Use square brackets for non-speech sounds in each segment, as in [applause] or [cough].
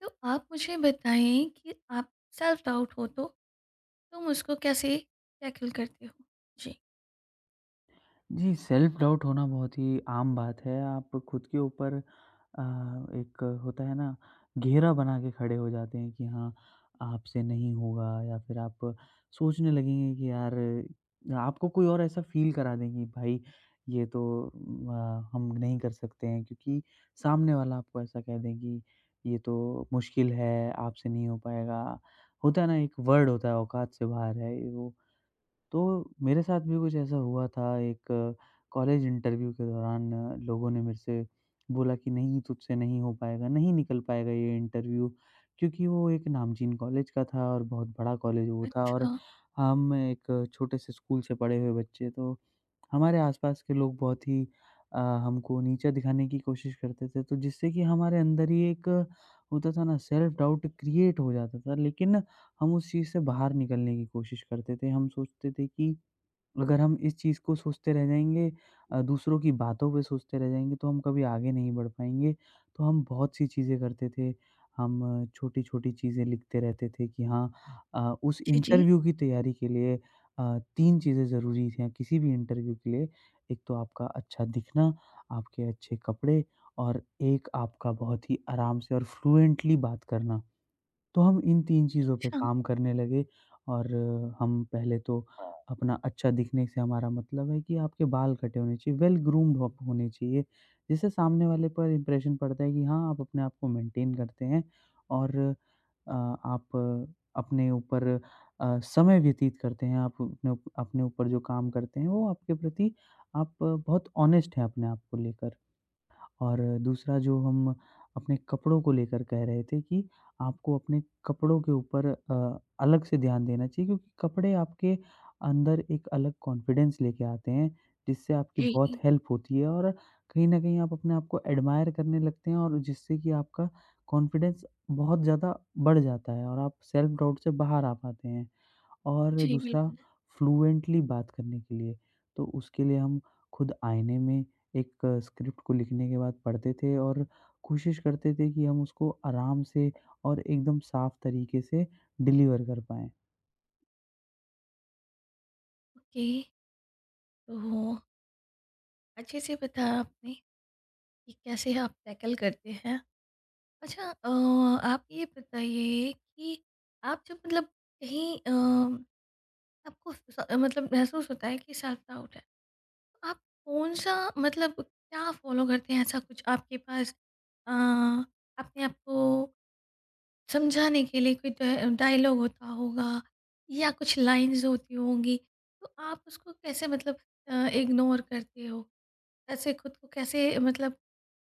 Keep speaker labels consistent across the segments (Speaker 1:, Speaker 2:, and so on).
Speaker 1: तो आप मुझे बताएँ कि आप सेल्फ डाउट हो तो तुम उसको कैसे टैकल करते हो? जी।
Speaker 2: जी, सेल्फ डाउट होना बहुत ही आम बात है। आप खुद के ऊपर अ, एक होता है ना, घेरा बना के खड़े हो जाते हैं कि हाँ, आपसे नहीं होगा या फिर आप सोचने लगेंगे कि यार आपको कोई और ऐसा फ़ील करा देंगे। भाई, ये तो हम नहीं कर सकते हैं क्योंकि सामने वाला आपको ऐसा कह दें कि ये तो मुश्किल है, आपसे नहीं हो पाएगा। होता है ना, एक वर्ड होता है औकात से बाहर है। वो तो मेरे साथ भी कुछ ऐसा हुआ था एक कॉलेज इंटरव्यू के दौरान। लोगों ने मेरे से बोला कि नहीं, तुझसे नहीं हो पाएगा, नहीं निकल पाएगा ये इंटरव्यू क्योंकि वो एक नामचीन कॉलेज का था और बहुत बड़ा कॉलेज वो था। और
Speaker 1: अच्छा।
Speaker 2: हम एक छोटे से स्कूल से पढ़े हुए बच्चे, तो हमारे आसपास के लोग बहुत ही अ, हमको नीचा दिखाने की कोशिश करते थे, तो जिससे कि हमारे अंदर ही एक होता था ना, सेल्फ डाउट क्रिएट हो जाता था। लेकिन हम उस चीज़ से बाहर निकलने की कोशिश करते थे। हम सोचते थे कि अगर हम इस चीज़ को सोचते रह जाएँगे, दूसरों की बातों पे सोचते रह जाएँगे, तो हम कभी आगे नहीं बढ़ पाएँगे। तो हम बहुत सी चीज़ें करते थे। हम छोटी-छोटी चीज़ें लिखते रहते थे कि हाँ, उस
Speaker 1: जी, जी।
Speaker 2: इंटरव्यू की तैयारी के लिए अ, 3 चीज़ें ज़रूरी हैं किसी भी इंटरव्यू के लिए। एक तो आपका अच्छा दिखना, आपके अच्छे कपड़े, और एक आपका बहुत ही आराम से और फ्लुएंटली बात करना। तो हम इन 3 चीज़ों पे
Speaker 1: अच्छा।
Speaker 2: काम करने लगे। और हम पहले तो हाँ। अपना अच्छा दिखने से हमारा मतलब है कि आपके बाल कटे होने चाहिए, वेल ग्रूम्ड हो, आप होने चाहिए। जिससे सामने वाले पर इम्प्रेशन पड़ता है कि हाँ, आप अपने आप को मेंटेन करते हैं और आप अपने ऊपर समय व्यतीत करते हैं, आप अपने ऊपर जो काम करते हैं, वो आपके प्रति आप बहुत ऑनेस्ट हैं अपने आप को लेकर। और दूसरा जो हम अपने कपड़ों को लेकर कह रहे थे कि आपको अपने कपड़ों के ऊपर अलग से ध्यान देना चाहिए क्योंकि कपड़े आपके अंदर एक अलग कॉन्फिडेंस लेके आते हैं, जिससे आपकी बहुत
Speaker 1: जी।
Speaker 2: हेल्प होती है और कहीं न कहीं आप अपने आप को एडमायर करने लगते हैं और जिससे कि आपका कॉन्फिडेंस बहुत ज़्यादा बढ़ जाता है और आप सेल्फ डाउट से बाहर आ पाते हैं। और
Speaker 1: जी,
Speaker 2: दूसरा,
Speaker 1: बिल्कुल।
Speaker 2: फ्लुएंटली बात करने के लिए, तो उसके लिए हम खुद आईने में एक स्क्रिप्ट को लिखने के बाद पढ़ते थे और कोशिश करते थे कि हम उसको आराम से और एकदम साफ तरीके से डिलीवर कर पाएँ।
Speaker 1: ओके, तो अच्छे से बताया आपने कि कैसे आप टैकल करते हैं। अच्छा, आप ये बताइए कि आप जब मतलब कहीं, आपको स मतलब महसूस होता है कि सेल्फ डाउट है। आप कौन-सा मतलब क्या फ़ॉलो करते हैं, ऐसा कुछ आपके पास, अ, अपने आप को समझाने के लिए कोई डा डायलॉग होता होगा या कुछ लाइन्स होती होंगी, तो आप उसको कैसे मतलब इग्नोर करते हो? ऐसे खुद को कैसे मतलब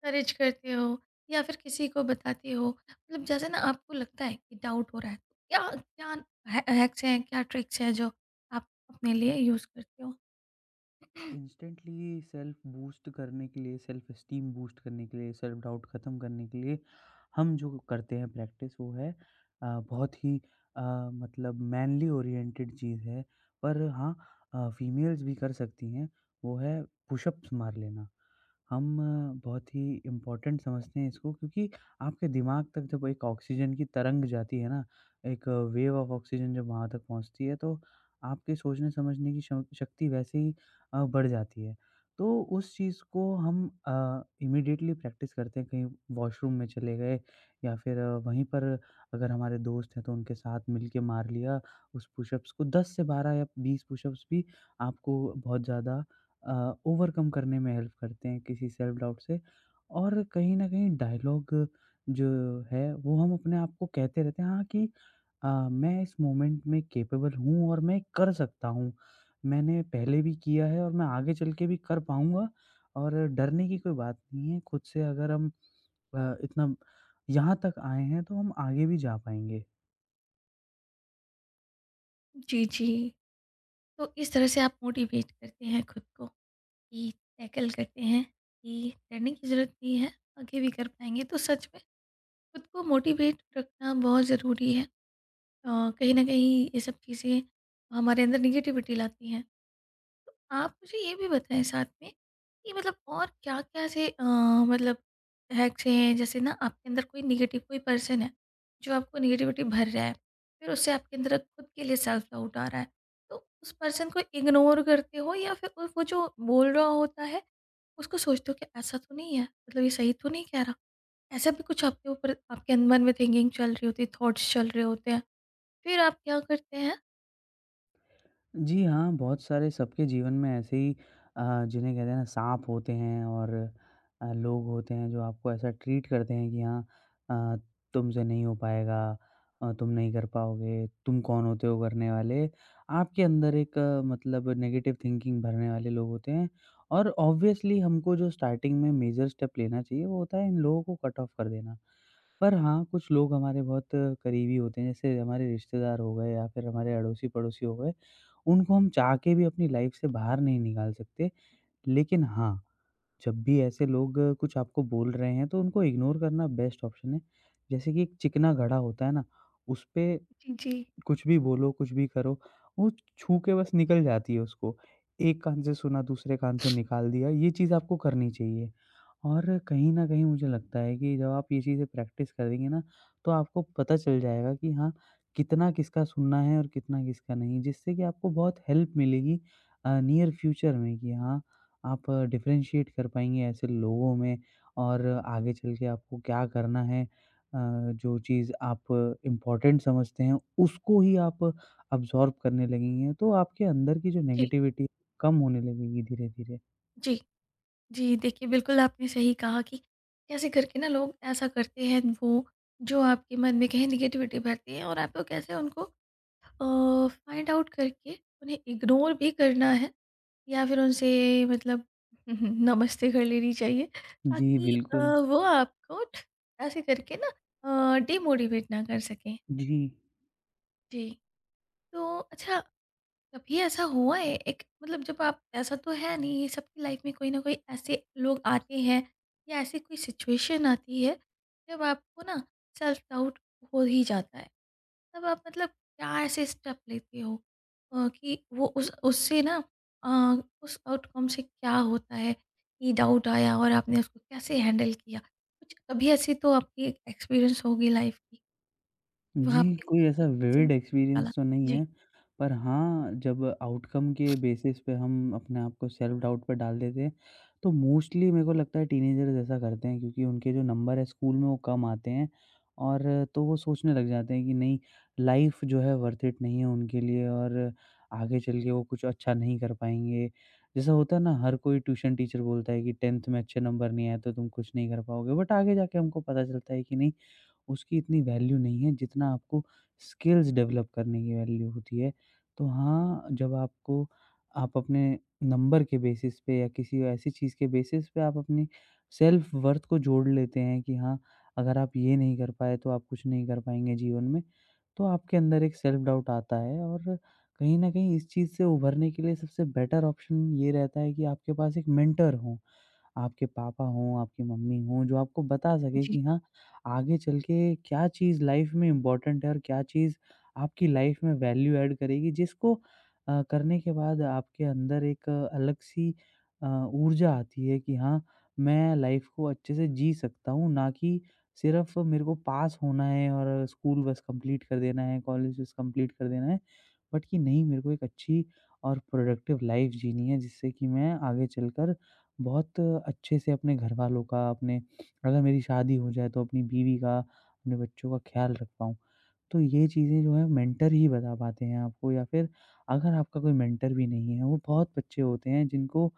Speaker 1: करेज करते हो या फिर किसी को बताते हो? मतलब जैसे ना आपको लगता है कि डाउट हो रहा है, तो क्या क्या है हैक्स हैं, क्या ट्रिक्स हैं जो आप अपने लिए यूज़ करते हो? [clears throat]
Speaker 2: इंस्टेंटली सेल्फ बूस्ट करने के लिए, सेल्फ एस्टीम बूस्ट करने के लिए, सेल्फ डाउट ख़त्म करने के लिए हम जो करते हैं प्रैक्टिस, वो है बहुत ही अ, मतलब मैनली ओरिएंटेड चीज़ है। पर हाँ, फीमेल्स भी कर सकती हैं। वो है पुशअप्स मार लेना। हम बहुत ही इम्पोर्टेंट समझते हैं इसको क्योंकि आपके दिमाग तक जब एक ऑक्सीजन की तरंग जाती है ना, एक वेव ऑफ ऑक्सीजन जब वहाँ तक पहुँचती है, तो आपके सोचने समझने की क्षम शक्ति वैसे ही बढ़ जाती है। तो उस चीज़ को हम इमीडिएटली प्रैक्टिस करते हैं, कहीं वॉशरूम में चले गए या फिर वहीं पर अगर हमारे दोस्त हैं तो उनके साथ मिल के मार लिया उस पुशअप्स को। 10 से 12 या 20 पुशअप्स भी आपको बहुत ज़्यादा ओवरकम करने में हेल्प करते हैं किसी सेल्फ डाउट से। और कहीं न कहीं डायलॉग जो है वो हम अपने आप को कहते रहते हैं हाँ, कि मैं इस मोमेंट में कैपेबल हूँ और मैं कर सकता हूँ। मैंने पहले भी किया है और मैं आगे चल के भी कर पाऊँगा और डरने की कोई बात नहीं है खुद से। अगर हम इतना यहाँ तक आए हैं, तो हम आगे भी जा पाएँगे।
Speaker 1: जी, जी। तो इस तरह से आप मोटिवेट करते हैं खुद को कि टैकल करते हैं कि डरने की ज़रूरत नहीं है, आगे भी कर पाएँगे। तो सच में खुद को मोटिवेट रखना बहुत ज़रूरी है। अ, कहीं न कहीं ये सब चीज़ें हमारे अंदर नेगेटिविटी लाती हैं। तो आप मुझे ये भी बताएं साथ में कि मतलब और क्या-क्या ऐसे मतलब हैक्स हैं, जैसे ना आपके अंदर कोई नेगेटिव कोई पर्सन है, जो आपको नेगेटिविटी भर रहा है, फिर उससे आपके अंदर खुद के लिए सेल्फ डाउट आ रहा है। तो उस पर्सन को इग्नोर करते हो या फिर वो जो बोल रहा होता है, उसको सोचते हो कि ऐसा तो नहीं है, मतलब ये सही तो नहीं कह रहा? ऐसा भी कुछ आपके ऊपर आपके मन में थिंकिंग चल रही होती है, थॉट्स चल रहे होते हैं, फिर आप क्या करते हैं?
Speaker 2: जी हाँ, बहुत सारे सबके जीवन में ऐसे ही जिन्हें कहते हैं ना साँप होते हैं। और लोग होते हैं जो आपको ऐसा ट्रीट करते हैं कि हाँ, अ, तुमसे नहीं हो पाएगा, तुम नहीं कर पाओगे, तुम कौन होते हो करने वाले। आपके अंदर एक मतलब नेगेटिव थिंकिंग भरने वाले लोग होते हैं। और ऑब्वियसली हमको जो स्टार्टिंग में मेजर स्टेप लेना चाहिए वो होता है इन लोगों को कट ऑफ कर देना। पर हाँ, कुछ लोग हमारे बहुत करीबी होते हैं, जैसे हमारे रिश्तेदार हो गए या फिर हमारे अड़ोसी-पड़ोसी हो गए, उनको हम चाह के भी अपनी लाइफ से बाहर नहीं निकाल सकते। लेकिन हाँ, जब भी ऐसे लोग कुछ आपको बोल रहे हैं, तो उनको इग्नोर करना बेस्ट ऑप्शन है। जैसे कि एक चिकना घड़ा होता है ना, उसपे
Speaker 1: जी, जी।
Speaker 2: कुछ भी बोलो, कुछ भी करो, वो छू के बस निकल जाती है उसको। एक कान से सुना, दूसरे कान से निकाल दिया, ये चीज़ आपको करनी चाहिए। और कहीं न कहीं मुझे लगता है कि जब आप ये चीज़ें प्रैक्टिस करेंगे ना, तो आपको पता चल जाएगा कि हाँ, कितना किसका सुनना है और कितना किसका नहीं, जिससे कि आपको बहुत हेल्प मिलेगी नियर फ्यूचर में कि हाँ, आप डिफरेंशिएट कर पाएँगे ऐसे लोगों में और आगे चल के आपको क्या करना है। जो चीज़ आप इम्पोर्टेंट समझते हैं, उसको ही आप अब्ज़ॉर्ब करने लगेंगे, तो आपके अंदर की जो
Speaker 1: जी,
Speaker 2: नेगेटिविटी कम होने लगेगी धीरे-धीरे।
Speaker 1: जी। जी, देखिए बिल्कुल आपने सही कहा कि कैसे करके ना लोग ऐसा करते हैं, वो जो आपके मन में कहीं नेगेटिविटी भरती है, और आपको कैसे उनको फाइंड आउट करके उन्हें इग्नोर भी करना है या फिर उनसे मतलब [laughs] नमस्ते कर लेनी चाहिए
Speaker 2: जी,
Speaker 1: ताकि
Speaker 2: बिल्कुल।
Speaker 1: वो आपको ऐसे करके ना डिमोटिवेट ना कर सकें।
Speaker 2: जी।
Speaker 1: जी, तो अच्छा, कभी ऐसा हुआ है एक मतलब जब आप ऐसा तो है नहीं, सबकी लाइफ में कोई ना कोई ऐसे लोग आते हैं या ऐसी कोई सिचुएशन आती है जब आपको ना सेल्फ डाउट हो ही जाता है, तब आप मतलब क्या ऐसे स्टेप लेते हो? कि वो उस उससे ना, उस आउटकम से क्या होता है कि डाउट आया और आपने उसको कैसे हैंडल किया, कुछ कभी ऐसी तो आपकी एक्सपीरियंस होगी लाइफ की कि वहाँ
Speaker 2: जी,
Speaker 1: आपने
Speaker 2: कोई ऐसा
Speaker 1: कुछ [laughs] ऐसे
Speaker 2: विविड
Speaker 1: निकाला।
Speaker 2: एक्सपीरियंस तो नहीं
Speaker 1: जी।
Speaker 2: है, पर हाँ, जब आउटकम के बेसिस पे हम अपने आप को सेल्फ डाउट पे डाल देते हैं, तो मोस्टली मेरे को लगता है टीनेजर्स ऐसा करते हैं क्योंकि उनके जो नंबर है स्कूल में वो कम आते हैं। और तो वो सोचने लग जाते हैं कि नहीं, लाइफ़ जो है वर्थ इट नहीं है उनके लिए और आगे चल के वो कुछ अच्छा नहीं कर पाएँगे। जैसा होता है ना, हर कोई ट्यूशन टीचर बोलता है कि 10th में अच्छे नंबर नहीं आए तो तुम कुछ नहीं कर पाओगे, बट आगे जाके हमको पता चलता है कि नहीं, उसकी इतनी वैल्यू नहीं है जितना आपको स्किल्स डेवलप करने की वैल्यू होती है। तो हाँ, जब आपको आप अपने नंबर के बेसिस पे या किसी ऐसी चीज़ के बेसिस पे आप अपनी सेल्फ वर्थ को जोड़ लेते हैं कि हाँ, अगर आप ये नहीं कर पाए तो आप कुछ नहीं कर पाएँगे जीवन में। तो आपके अंदर एक सेल्फ डाउट आता है और कहीं न कहीं इस चीज़ से उभरने के लिए सबसे बेटर ऑप्शन ये रहता है कि आपके पास एक मेंटर हो। आपके पापा हों, आपकी मम्मी हों, जो आपको बता सके
Speaker 1: जी।
Speaker 2: कि हाँ, आगे चल के क्या चीज़ लाइफ़ में इम्पोर्टेंट है और क्या चीज़ आपकी लाइफ़ में वैल्यू ऐड करेगी, जिसको करने के बाद आपके अंदर एक अलग-सी अ, ऊर्जा आती है कि हाँ, मैं लाइफ़ को अच्छे से जी सकता हूँ, ना कि सिर्फ़ मेरे को पास होना है और स्कूल बस कंप्लीट कर देना है, कॉलेज बस कंप्लीट कर देना है, बट कि नहीं मेरे को एक अच्छी और प्रोडक्टिव लाइफ़ जीनी है, जिससे कि मैं आगे चलकर बहुत अच्छे से अपने घरवालों का, अपने, अगर मेरी शादी हो जाए तो अपनी बीवी का, अपने बच्चों का ख्याल रख पाऊँ। तो ये चीज़ें जो हैं मेंटर ही बता पाते हैं आपको या फिर अगर आपका कोई मेंटर भी नहीं है, वो बहुत बच्चे होते हैं जिनको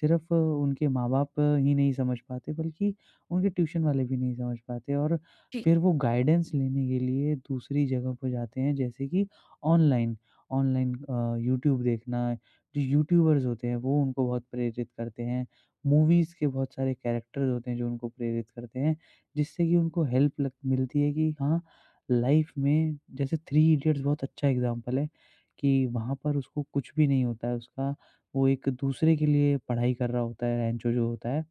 Speaker 2: सिर्फ़ उनके माँ-बाप ही नहीं समझ पाते बल्कि उनके ट्यूशन वाले भी नहीं समझ पाते और
Speaker 1: जी।
Speaker 2: फिर वो गाइडेंस लेने के लिए दूसरी जगह पर जाते हैं जैसे कि ऑनलाइन। ऑनलाइन यूट्यूब देखना, जो यूट्यूबर्स होते हैं वो उनको बहुत प्रेरित करते हैं। मूवीज़ के बहुत सारे कैरेक्टर्स होते हैं जो उनको प्रेरित करते हैं, जिससे कि उनको हेल्प लग मिलती है कि हाँ, लाइफ में जैसे थ्री इडियट्स बहुत अच्छा एग्जाम्पल है कि वहाँ पर उसको कुछ भी नहीं होता है। उसका वो एक दूसरे के लिए पढ़ाई कर रहा होता है, रैंचो जो होता है,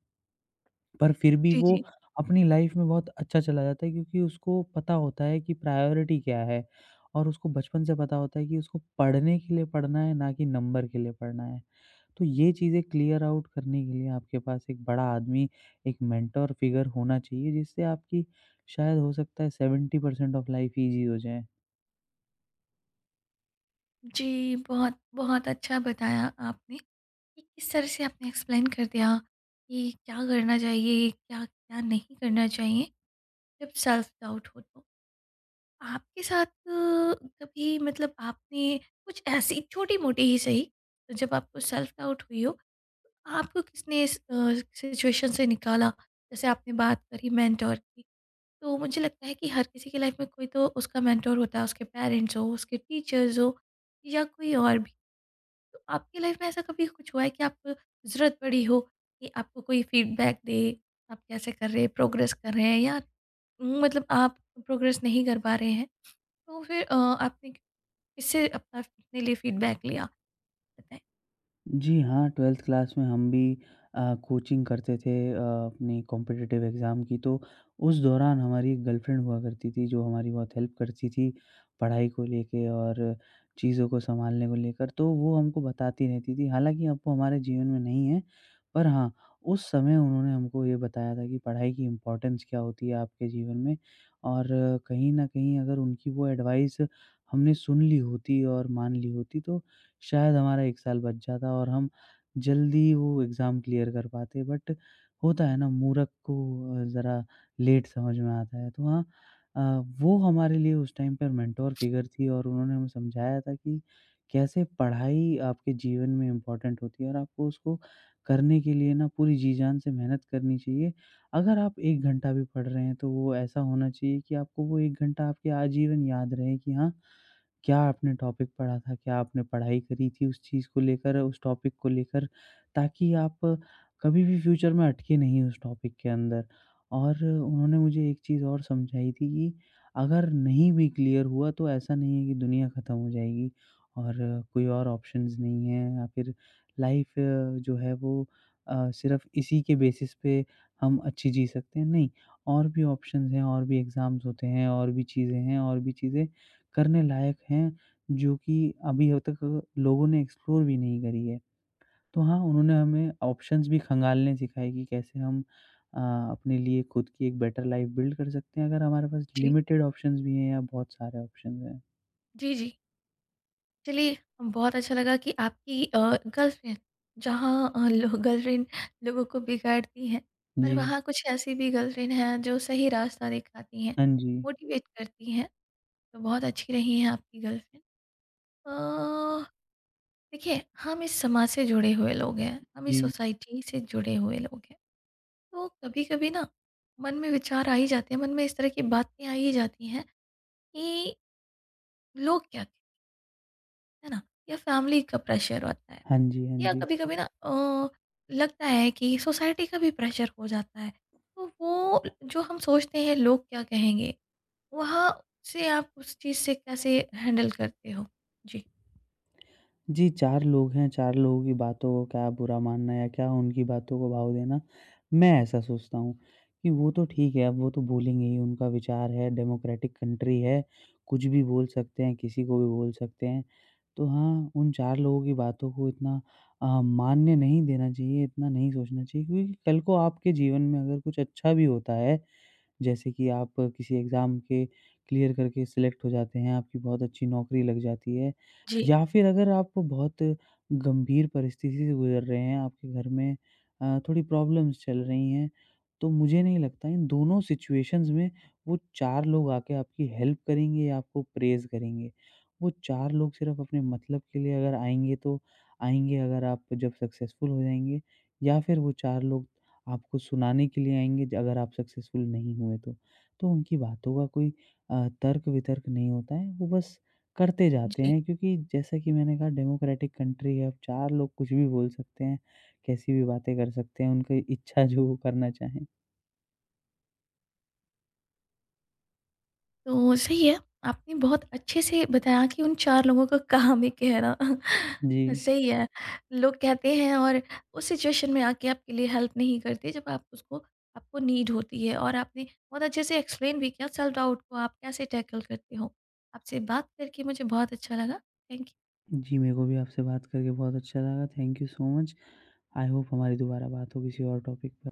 Speaker 2: पर फिर भी
Speaker 1: जी।
Speaker 2: वो
Speaker 1: जी।
Speaker 2: अपनी लाइफ में बहुत अच्छा चला जाता है क्योंकि उसको पता होता है कि प्रायोरिटी क्या है और उसको बचपन से पता होता है कि उसको पढ़ने के लिए पढ़ना है, ना कि नंबर के लिए पढ़ना है। तो ये चीज़ें क्लियर आउट करने के लिए आपके पास एक बड़ा आदमी, एक मेंटर फिगर होना चाहिए, जिससे आपकी शायद हो सकता है 70% ऑफ लाइफ इजी हो जाए।
Speaker 1: जी, बहुत बहुत अच्छा बताया आपने कि किस तरह से आपने एक्सप्लेन कर दिया कि क्या करना चाहिए, क्या क्या नहीं करना चाहिए जब सेल्फ डाउट हो तो। आपके साथ कभी मतलब आपने कुछ ऐसी छोटी-मोटी ही सही, तो जब आपको सेल्फ डाउट हुई हो, तो आपको किसने इस सिचुएशन से निकाला? जैसे आपने बात करी मेंटर की, तो मुझे लगता है कि हर किसी की लाइफ में कोई तो उसका मेंटर होता है, उसके पेरेंट्स हों, उसके टीचर्स हों या कोई और भी। तो आपकी लाइफ में ऐसा कभी कुछ हुआ है कि आपको ज़रूरत पड़ी हो कि आपको कोई फीडबैक दे, आप कैसे कर रहे हैं, प्रोग्रेस कर रहे हैं या मतलब आप प्रोग्रेस नहीं कर पा रहे हैं, तो फिर आपने किससे अपना अपने लिए फीडबैक लिया, बताएं।
Speaker 2: जी हाँ, 12th क्लास में हम भी कोचिंग करते थे अपनी कॉम्पिटिटिव एग्ज़ाम की, तो उस दौरान हमारी एक गर्लफ्रेंड हुआ करती थी, जो हमारी बहुत हेल्प करती थी पढ़ाई को लेके और चीज़ों को सँभालने को लेकर, तो वो हमको बताती रहती थी। हालाँकि अब वो हमारे जीवन में नहीं है, पर हाँ, उस समय उन्होंने हमको ये बताया था कि पढ़ाई की इम्पोर्टेंस क्या होती है आपके जीवन में। और कहीं न कहीं अगर उनकी वो एडवाइस हमने सुन ली होती और मान ली होती, तो शायद हमारा 1 साल बच जाता और हम जल्दी वो एग्ज़ाम क्लियर कर पाते। बट होता है ना, मूर्ख को ज़रा लेट समझ में आता है। तो हाँ, अ, वो हमारे लिए उस टाइम पर मेंटर फिगर थी और उन्होंने हमें समझाया था कि कैसे पढ़ाई आपके जीवन में इम्पोर्टेंट होती है और आपको उसको करने के लिए ना पूरी जी-जान से मेहनत करनी चाहिए। अगर आप 1 घंटा भी पढ़ रहे हैं तो वो ऐसा होना चाहिए कि आपको वो 1 घंटा आपके आजीवन याद रहे कि हाँ, क्या आपने टॉपिक पढ़ा था? क्या आपने पढ़ाई करी थी उस चीज़ को लेकर, उस टॉपिक को लेकर? ताकि आप कभी भी फ्यूचर में अटके नहीं उस टॉपिक के अंदर। और उन्होंने मुझे एक चीज़ और समझाई थी कि अगर नहीं भी क्लियर हुआ तो ऐसा नहीं है कि दुनिया ख़त्म हो जाएगी और कोई और ऑप्शंस नहीं है या फिर लाइफ़ जो है वो सिर्फ़ इसी के बेसिस पे हम अच्छी जी सकते हैं, नहीं और भी ऑप्शंस हैं और भी एग्ज़ाम्स होते हैं और भी चीज़ें हैं और भी चीज़ें करने लायक हैं, जो कि अभी अब तक लोगों ने एक्सप्लोर भी नहीं करी है। तो हाँ, उन्होंने हमें ऑप्शंस भी खंगालने सिखाए कि कैसे हम अ, अपने लिए खुद की एक बेटर लाइफ़ बिल्ड कर सकते हैं, अगर हमारे पास
Speaker 1: जी।
Speaker 2: लिमिटेड ऑप्शंस भी हैं या बहुत सारे ऑप्शंस हैं।
Speaker 1: जी। जी। चलिए, बहुत अच्छा लगा कि आपकी गर्लफ्रेंड, जहाँ लो, गर्लफ्रेंड लोगों को बिगाड़ती है, पर
Speaker 2: जी।
Speaker 1: वहाँ कुछ ऐसी भी गर्लफ्रेंड हैं जो सही रास्ता दिखाती हैं,
Speaker 2: हाँ जी।
Speaker 1: मोटिवेट करती हैं, तो बहुत अच्छी रही हैं आपकी गर्लफ्रेंड। अ, देखिए, हम इस समाज से जुड़े हुए लोग हैं, हम इस
Speaker 2: जी।
Speaker 1: सोसाइटी से जुड़े हुए लोग हैं, तो कभी कभी ना मन में विचार आ ही जाते हैं, मन में इस तरह की बातें आ ही जाती हैं कि लोग क्या कहते हैं ना, या फैमिली का प्रेशर होता है
Speaker 2: हाँ जी, हाँ
Speaker 1: या
Speaker 2: जी।
Speaker 1: कभी-कभी ना लगता है कि सोसाइटी का भी प्रेशर हो जाता है। तो वो जो हम सोचते हैं लोग क्या कहेंगे, वहाँ से आप उस चीज़ से कैसे हैंडल करते हो? जी।
Speaker 2: जी, 4 लोग हैं, 4 लोगों की बातों को क्या बुरा मानना या क्या उनकी बातों को भाव देना। मैं ऐसा सोचता हूँ कि वो तो ठीक है, अब वो तो बोलेंगे ही, उनका विचार है, डेमोक्रेटिक कंट्री है, कुछ भी बोल सकते हैं, किसी को भी बोल सकते हैं। तो हाँ, उन 4 लोगों की बातों को इतना मान्य नहीं देना चाहिए, इतना नहीं सोचना चाहिए क्योंकि कल को आपके जीवन में अगर कुछ अच्छा भी होता है, जैसे कि आप किसी एग्ज़ाम के क्लियर करके सिलेक्ट हो जाते हैं, आपकी बहुत अच्छी नौकरी लग जाती है
Speaker 1: जी,
Speaker 2: या फिर अगर आप बहुत गंभीर परिस्थिति से गुज़र रहे हैं, आपके घर में थोड़ी प्रॉब्लम्स चल रही हैं, तो मुझे नहीं लगता इन दोनों सिचुएशंस में वो 4 लोग आके आपकी हेल्प करेंगे या आपको प्रेज़ करेंगे। वो 4 लोग सिर्फ़ अपने मतलब के लिए अगर आएँगे तो आएँगे अगर आप जब सक्सेसफुल हो जाएँगे, या फिर वो 4 लोग आपको सुनाने के लिए आएँगे ज अगर आप सक्सेसफुल नहीं हुए तो। तो उनकी बातों का कोई तर्क-वितर्क नहीं होता है, वो बस करते जाते
Speaker 1: जी।
Speaker 2: हैं क्योंकि जैसा कि मैंने कहा डेमोक्रेटिक कंट्री है, अब 4 लोग कुछ भी बोल सकते हैं, कैसी भी बातें कर सकते हैं, उनकी इच्छा जो वो करना चाहें।
Speaker 1: तो सही है, आपने बहुत अच्छे से बताया कि उन 4 लोगों का कहाँ में कहना
Speaker 2: जी।
Speaker 1: [laughs] सही है। लोग कहते हैं और उस सिचुएशन में आके आपके लिए हेल्प नहीं करते जब आप उसको आपको नीड होती है, और आपने बहुत अच्छे से एक्सप्लेन भी किया सेल्फ डाउट को आप कैसे टैकल करते हो। आपसे बात करके मुझे बहुत अच्छा लगा। Thank you.
Speaker 2: जी, मेरे को भी आपसे बात करके बहुत अच्छा लगा, thank you so much. I hope हमारी दोबारा बात हो किसी और टॉपिक पे।